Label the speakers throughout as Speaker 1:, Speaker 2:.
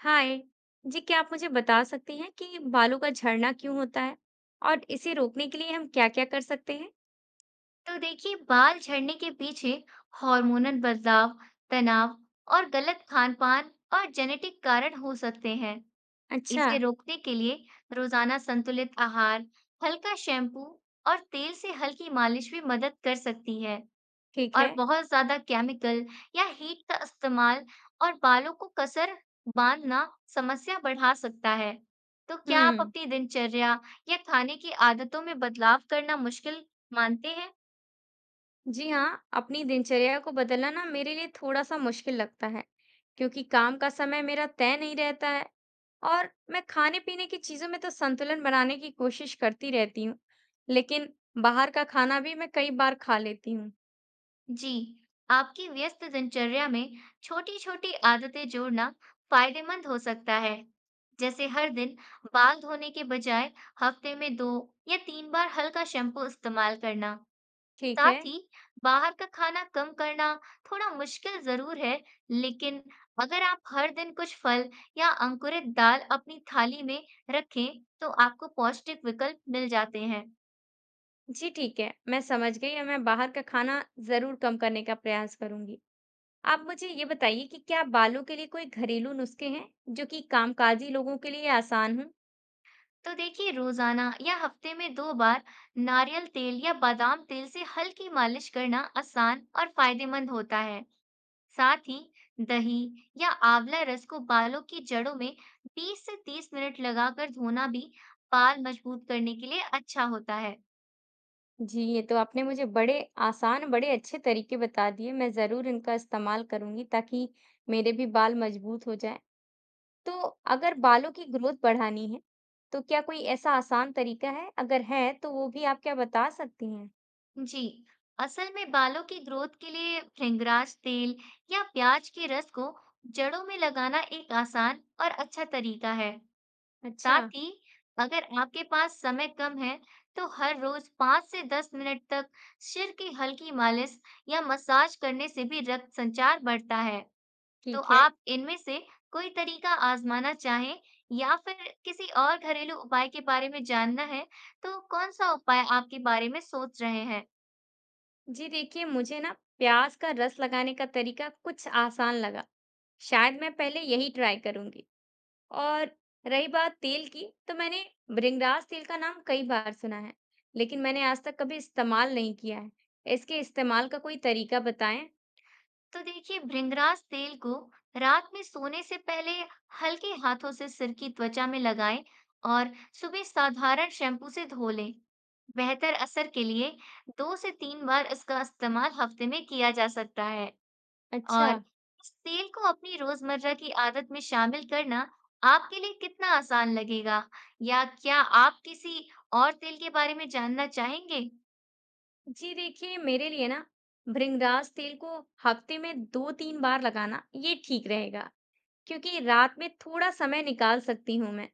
Speaker 1: हाय जी। क्या आप मुझे बता सकती हैं कि बालों का झड़ना क्यों होता है और इसे रोकने के लिए हम क्या-क्या कर सकते हैं।
Speaker 2: तो देखिए बाल झड़ने के पीछे हार्मोनल बदलाव, तनाव और गलत खानपान और जेनेटिक कारण हो सकते हैं।
Speaker 1: अच्छा।
Speaker 2: इसे रोकने के लिए रोजाना संतुलित आहार, हल्का शैम्पू और तेल से हल्की मालिश भी मदद कर सकती है।
Speaker 1: ठीक
Speaker 2: और
Speaker 1: है।
Speaker 2: बहुत ज्यादा केमिकल या हीट का इस्तेमाल और बालों को कसर बांधना समस्या बढ़ा सकता है। तो क्या आप
Speaker 1: हम्म।
Speaker 2: अपनी दिनचर्या या खाने की आदतों में बदलाव करना मुश्किल मानते हैं?
Speaker 1: जी हाँ, अपनी दिनचर्या को बदलना ना मेरे लिए थोड़ा सा मुश्किल लगता है, क्योंकि काम का समय मेरा तय नहीं रहता है और मैं खाने पीने की चीजों में तो संतुलन बनाने की कोशिश करती रहती हूँ, लेकिन बाहर का खाना भी मैं कई बार खा लेती हूँ।
Speaker 2: जी, आपकी व्यस्त दिनचर्या में छोटी-छोटी आदतें जोड़ना फायदेमंद हो सकता है। जैसे हर दिन बाल धोने के बजाय हफ्ते में 2 या 3 बार हल्का शैम्पू इस्तेमाल करना।
Speaker 1: ठीक है।
Speaker 2: साथ ही बाहर का खाना कम करना थोड़ा मुश्किल ज़रूर है, लेकिन अगर आप हर दिन कुछ फल या अंकुरित दाल अपनी थाली में रखें, तो आपको पौष्टिक विकल्प मिल जाते हैं।
Speaker 1: जी ठीक है, मैं समझ गई और मैं बाहर का खाना ज़रूर कम करने का प्रयास करूंगी। आप मुझे ये बताइए कि क्या बालों के लिए कोई घरेलू नुस्खे हैं जो कि कामकाजी लोगों के लिए आसान हों?
Speaker 2: तो देखिए रोजाना या हफ्ते में दो बार नारियल तेल या बादाम तेल से हल्की मालिश करना आसान और फायदेमंद होता है। साथ ही दही या आंवला रस को बालों की जड़ों में 20 से 30 मिनट लगाकर धोना भी बाल मजबूत करने के लिए अच्छा होता है।
Speaker 1: जी, ये तो आपने मुझे बड़े आसान, बड़े अच्छे तरीके बता दिए। मैं ज़रूर इनका इस्तेमाल करूंगी ताकि मेरे भी बाल मजबूत हो जाएं। तो अगर बालों की ग्रोथ बढ़ानी है, तो क्या कोई ऐसा आसान तरीका है? अगर है, तो वो भी आप क्या बता सकती हैं?
Speaker 2: जी, असल में बालों की ग्रोथ के लिए भृंगराज तेल या प्याज के रस को जड़ों में लगाना एक आसान और अच्छा तरीका है।
Speaker 1: अच्छा,
Speaker 2: साथ ही अगर आपके पास समय कम है, तो हर रोज 5 से 10 मिनट तक सिर की हल्की मालिश या मसाज करने से भी रक्त संचार बढ़ता है। तो
Speaker 1: ठीक है।
Speaker 2: आप इनमें से कोई तरीका आजमाना चाहें या फिर किसी और घरेलू उपाय के बारे में जानना है, तो कौन सा उपाय आपके बारे में सोच रहे हैं?
Speaker 1: जी देखिए, मुझे ना प्याज का रस लगाने का तरीका कुछ आसान लगा। शायद मैं पहले यही ट्राई करूंगी। और रही बात तेल की, तो मैंने भृंगराज तेल का नाम कई बार सुना है, लेकिन मैंने आज तक कभी इस्तेमाल नहीं किया है। इसके इस्तेमाल का कोई तरीका बताएं।
Speaker 2: तो देखिए भृंगराज तेल को रात में सोने से पहले हल्के हाथों से सिर की त्वचा में लगाएं और सुबह साधारण शैम्पू से धो लें। बेहतर असर के लिए दो से तीन बार इसका इस्तेमाल हफ्ते में किया जा सकता है।
Speaker 1: अच्छा।
Speaker 2: और इस तेल को अपनी रोजमर्रा की आदत में शामिल करना आपके लिए कितना आसान लगेगा, या क्या आप किसी और तेल के बारे में जानना चाहेंगे?
Speaker 1: जी देखिए, मेरे लिए ना भृंगराज तेल को हफ्ते में दो तीन बार लगाना ये ठीक रहेगा, क्योंकि रात में थोड़ा समय निकाल सकती हूँ मैं।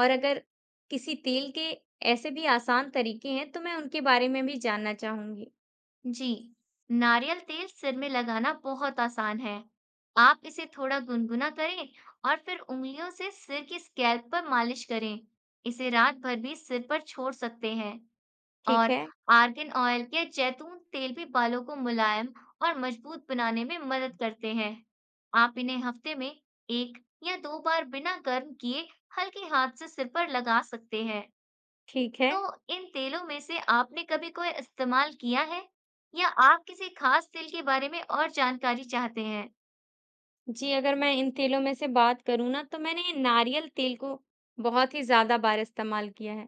Speaker 1: और अगर किसी तेल के ऐसे भी आसान तरीके हैं तो मैं उनके बारे में भी जानना चाहूंगी।
Speaker 2: जी, नारियल तेल सिर में लगाना बहुत आसान है। आप इसे थोड़ा गुनगुना करें और फिर उंगलियों से सिर की स्कैल्प पर मालिश करें। इसे रात भर भी सिर पर छोड़ सकते हैं।
Speaker 1: ठीक
Speaker 2: और
Speaker 1: है,
Speaker 2: आर्गन ऑयल या जैतून तेल भी बालों को मुलायम और मजबूत बनाने में मदद करते हैं। आप इन्हें हफ्ते में एक या दो बार बिना गर्म किए हल्के हाथ से सिर पर लगा सकते हैं।
Speaker 1: ठीक है।
Speaker 2: तो इन तेलों में से आपने कभी कोई इस्तेमाल किया है, या आप किसी खास तेल के बारे में और जानकारी चाहते हैं?
Speaker 1: जी, अगर मैं इन तेलों में से बात करूँ ना, तो मैंने नारियल तेल को बहुत ही ज़्यादा बार इस्तेमाल किया है।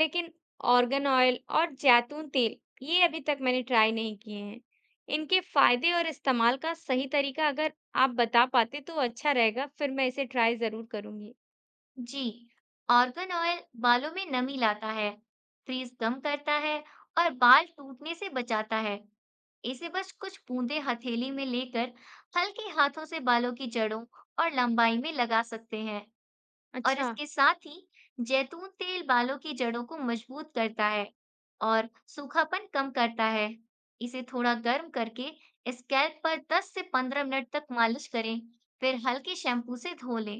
Speaker 1: लेकिन ऑर्गन ऑयल और जैतून तेल ये अभी तक मैंने ट्राई नहीं किए हैं। इनके फायदे और इस्तेमाल का सही तरीका अगर आप बता पाते तो अच्छा रहेगा, फिर मैं इसे ट्राई ज़रूर करूंगी।
Speaker 2: जी, ऑर्गन ऑयल बालों में नमी लाता है, फ्रीज कम करता है और बाल टूटने से बचाता है। इसे बस कुछ बूंदें हथेली में लेकर हल्के हाथों से बालों की जड़ों और लंबाई में लगा सकते हैं। और
Speaker 1: अच्छा,
Speaker 2: इसके साथ ही जैतून तेल बालों की जड़ों को मजबूत करता है और सूखापन कम करता है। इसे थोड़ा गर्म करके स्कैल्प पर 10 से 15 मिनट तक मालिश करें, फिर हल्के शैम्पू से धो लें।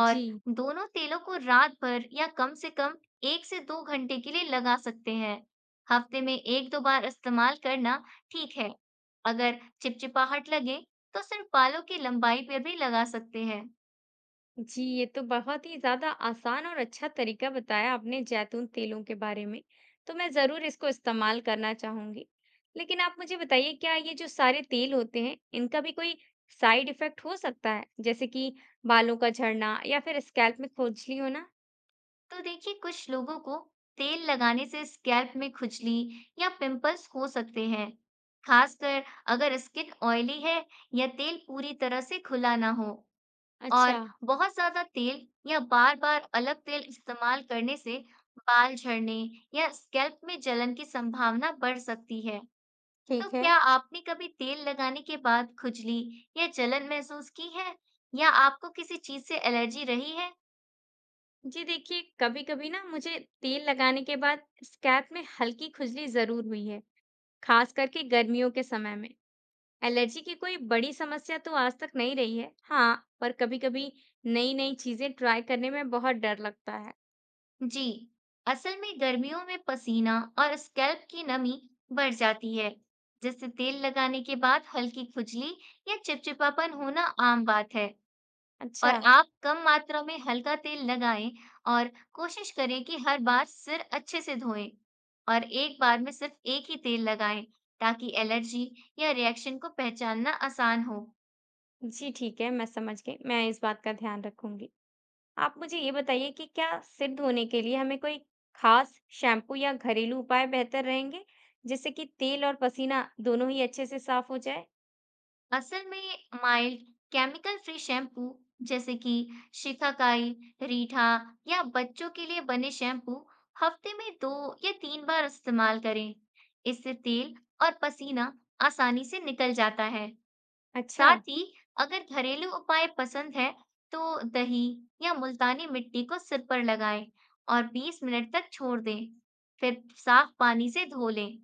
Speaker 2: और
Speaker 1: जी।
Speaker 2: दोनों तेलों को रात भर या कम से कम एक से दो घंटे के लिए लगा सकते हैं। हफ्ते में एक दो बार इस्तेमाल करना ठीक है। अगर चिपचिपाहट लगे तो सिर्फ बालों की लंबाई पर भी लगा सकते हैं।
Speaker 1: जी, ये तो बहुत ही ज़्यादा आसान और अच्छा तरीका बताया आपने जैतून तेलों के बारे में, तो मैं ज़रूर इसको इस्तेमाल करना चाहूँगी। लेकिन आप मुझे बताइए, क्या ये जो सारे तेल होते हैं, इनका भी कोई साइड इफ़ेक्ट हो सकता है? जैसे कि बालों का झड़ना या फिर स्कैल्प में खुजली होना?
Speaker 2: तो देखिए कुछ लोगों को तेल लगाने से स्कैल्प में खुजली या पिंपल्स हो सकते हैं, खासकर अगर स्किन ऑयली है या तेल पूरी तरह से खुला ना हो। और
Speaker 1: अच्छा,
Speaker 2: बहुत ज्यादा तेल या बार-बार अलग तेल इस्तेमाल करने से बाल झड़ने या स्कैल्प में जलन की संभावना बढ़ सकती है। तो
Speaker 1: ठीक है।
Speaker 2: क्या आपने कभी तेल लगाने के बाद खुजली या जलन महसूस की है, या आपको किसी चीज से एलर्जी रही है?
Speaker 1: जी देखिए, कभी-कभी ना मुझे तेल लगाने के बाद स्कैल्प में हल्की खुजली ज़रूर हुई है, खास करके गर्मियों के समय में। एलर्जी की कोई बड़ी समस्या तो आज तक नहीं रही है। हाँ, पर कभी-कभी नई नई चीजें ट्राई करने में बहुत डर लगता है।
Speaker 2: जी, असल में गर्मियों में पसीना और स्कैल्प की नमी बढ़ जाती है, जिससे तेल लगाने के बाद हल्की खुजली या चिपचिपापन होना आम बात है।
Speaker 1: अच्छा।
Speaker 2: और आप कम मात्रा में हल्का तेल लगाएं और कोशिश करें कि हर बार सिर अच्छे से धोएं और एक बार में सिर्फ एक ही तेल लगाएं, ताकि एलर्जी या रिएक्शन को पहचानना आसान हो।
Speaker 1: जी ठीक है, मैं समझ गई। मैं इस बात का ध्यान रखूंगी। आप मुझे ये बताइए कि क्या सिर धोने के लिए हमें कोई खास शैम्पू या घरेलू उपाय बेहतर रहेंगे, जिससे कि तेल और पसीना दोनों ही अच्छे से साफ हो जाए।
Speaker 2: असल में माइल्ड केमिकल फ्री शैम्पू जैसे कि शिकाकाई, रीठा या बच्चों के लिए बने शैम्पू हफ्ते में दो या तीन बार इस्तेमाल करें। इससे तेल और पसीना आसानी से निकल जाता है।
Speaker 1: अच्छा।
Speaker 2: साथ ही अगर घरेलू उपाय पसंद है तो दही या मुल्तानी मिट्टी को सिर पर लगाएं और 20 मिनट तक छोड़ दें। फिर साफ पानी से धो लें।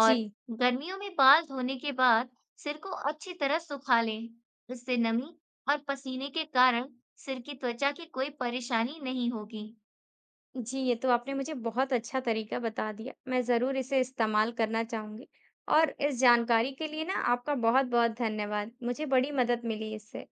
Speaker 1: जी।
Speaker 2: और गर्मियों में बाल धोने के बाद सिर को अच्छी तरह सुखा लें। इससे नमी और पसीने के कारण सिर की त्वचा की कोई परेशानी नहीं होगी।
Speaker 1: जी, ये तो आपने मुझे बहुत अच्छा तरीका बता दिया। मैं ज़रूर इसे इस्तेमाल करना चाहूँगी और इस जानकारी के लिए ना आपका बहुत-बहुत धन्यवाद। मुझे बड़ी मदद मिली इससे।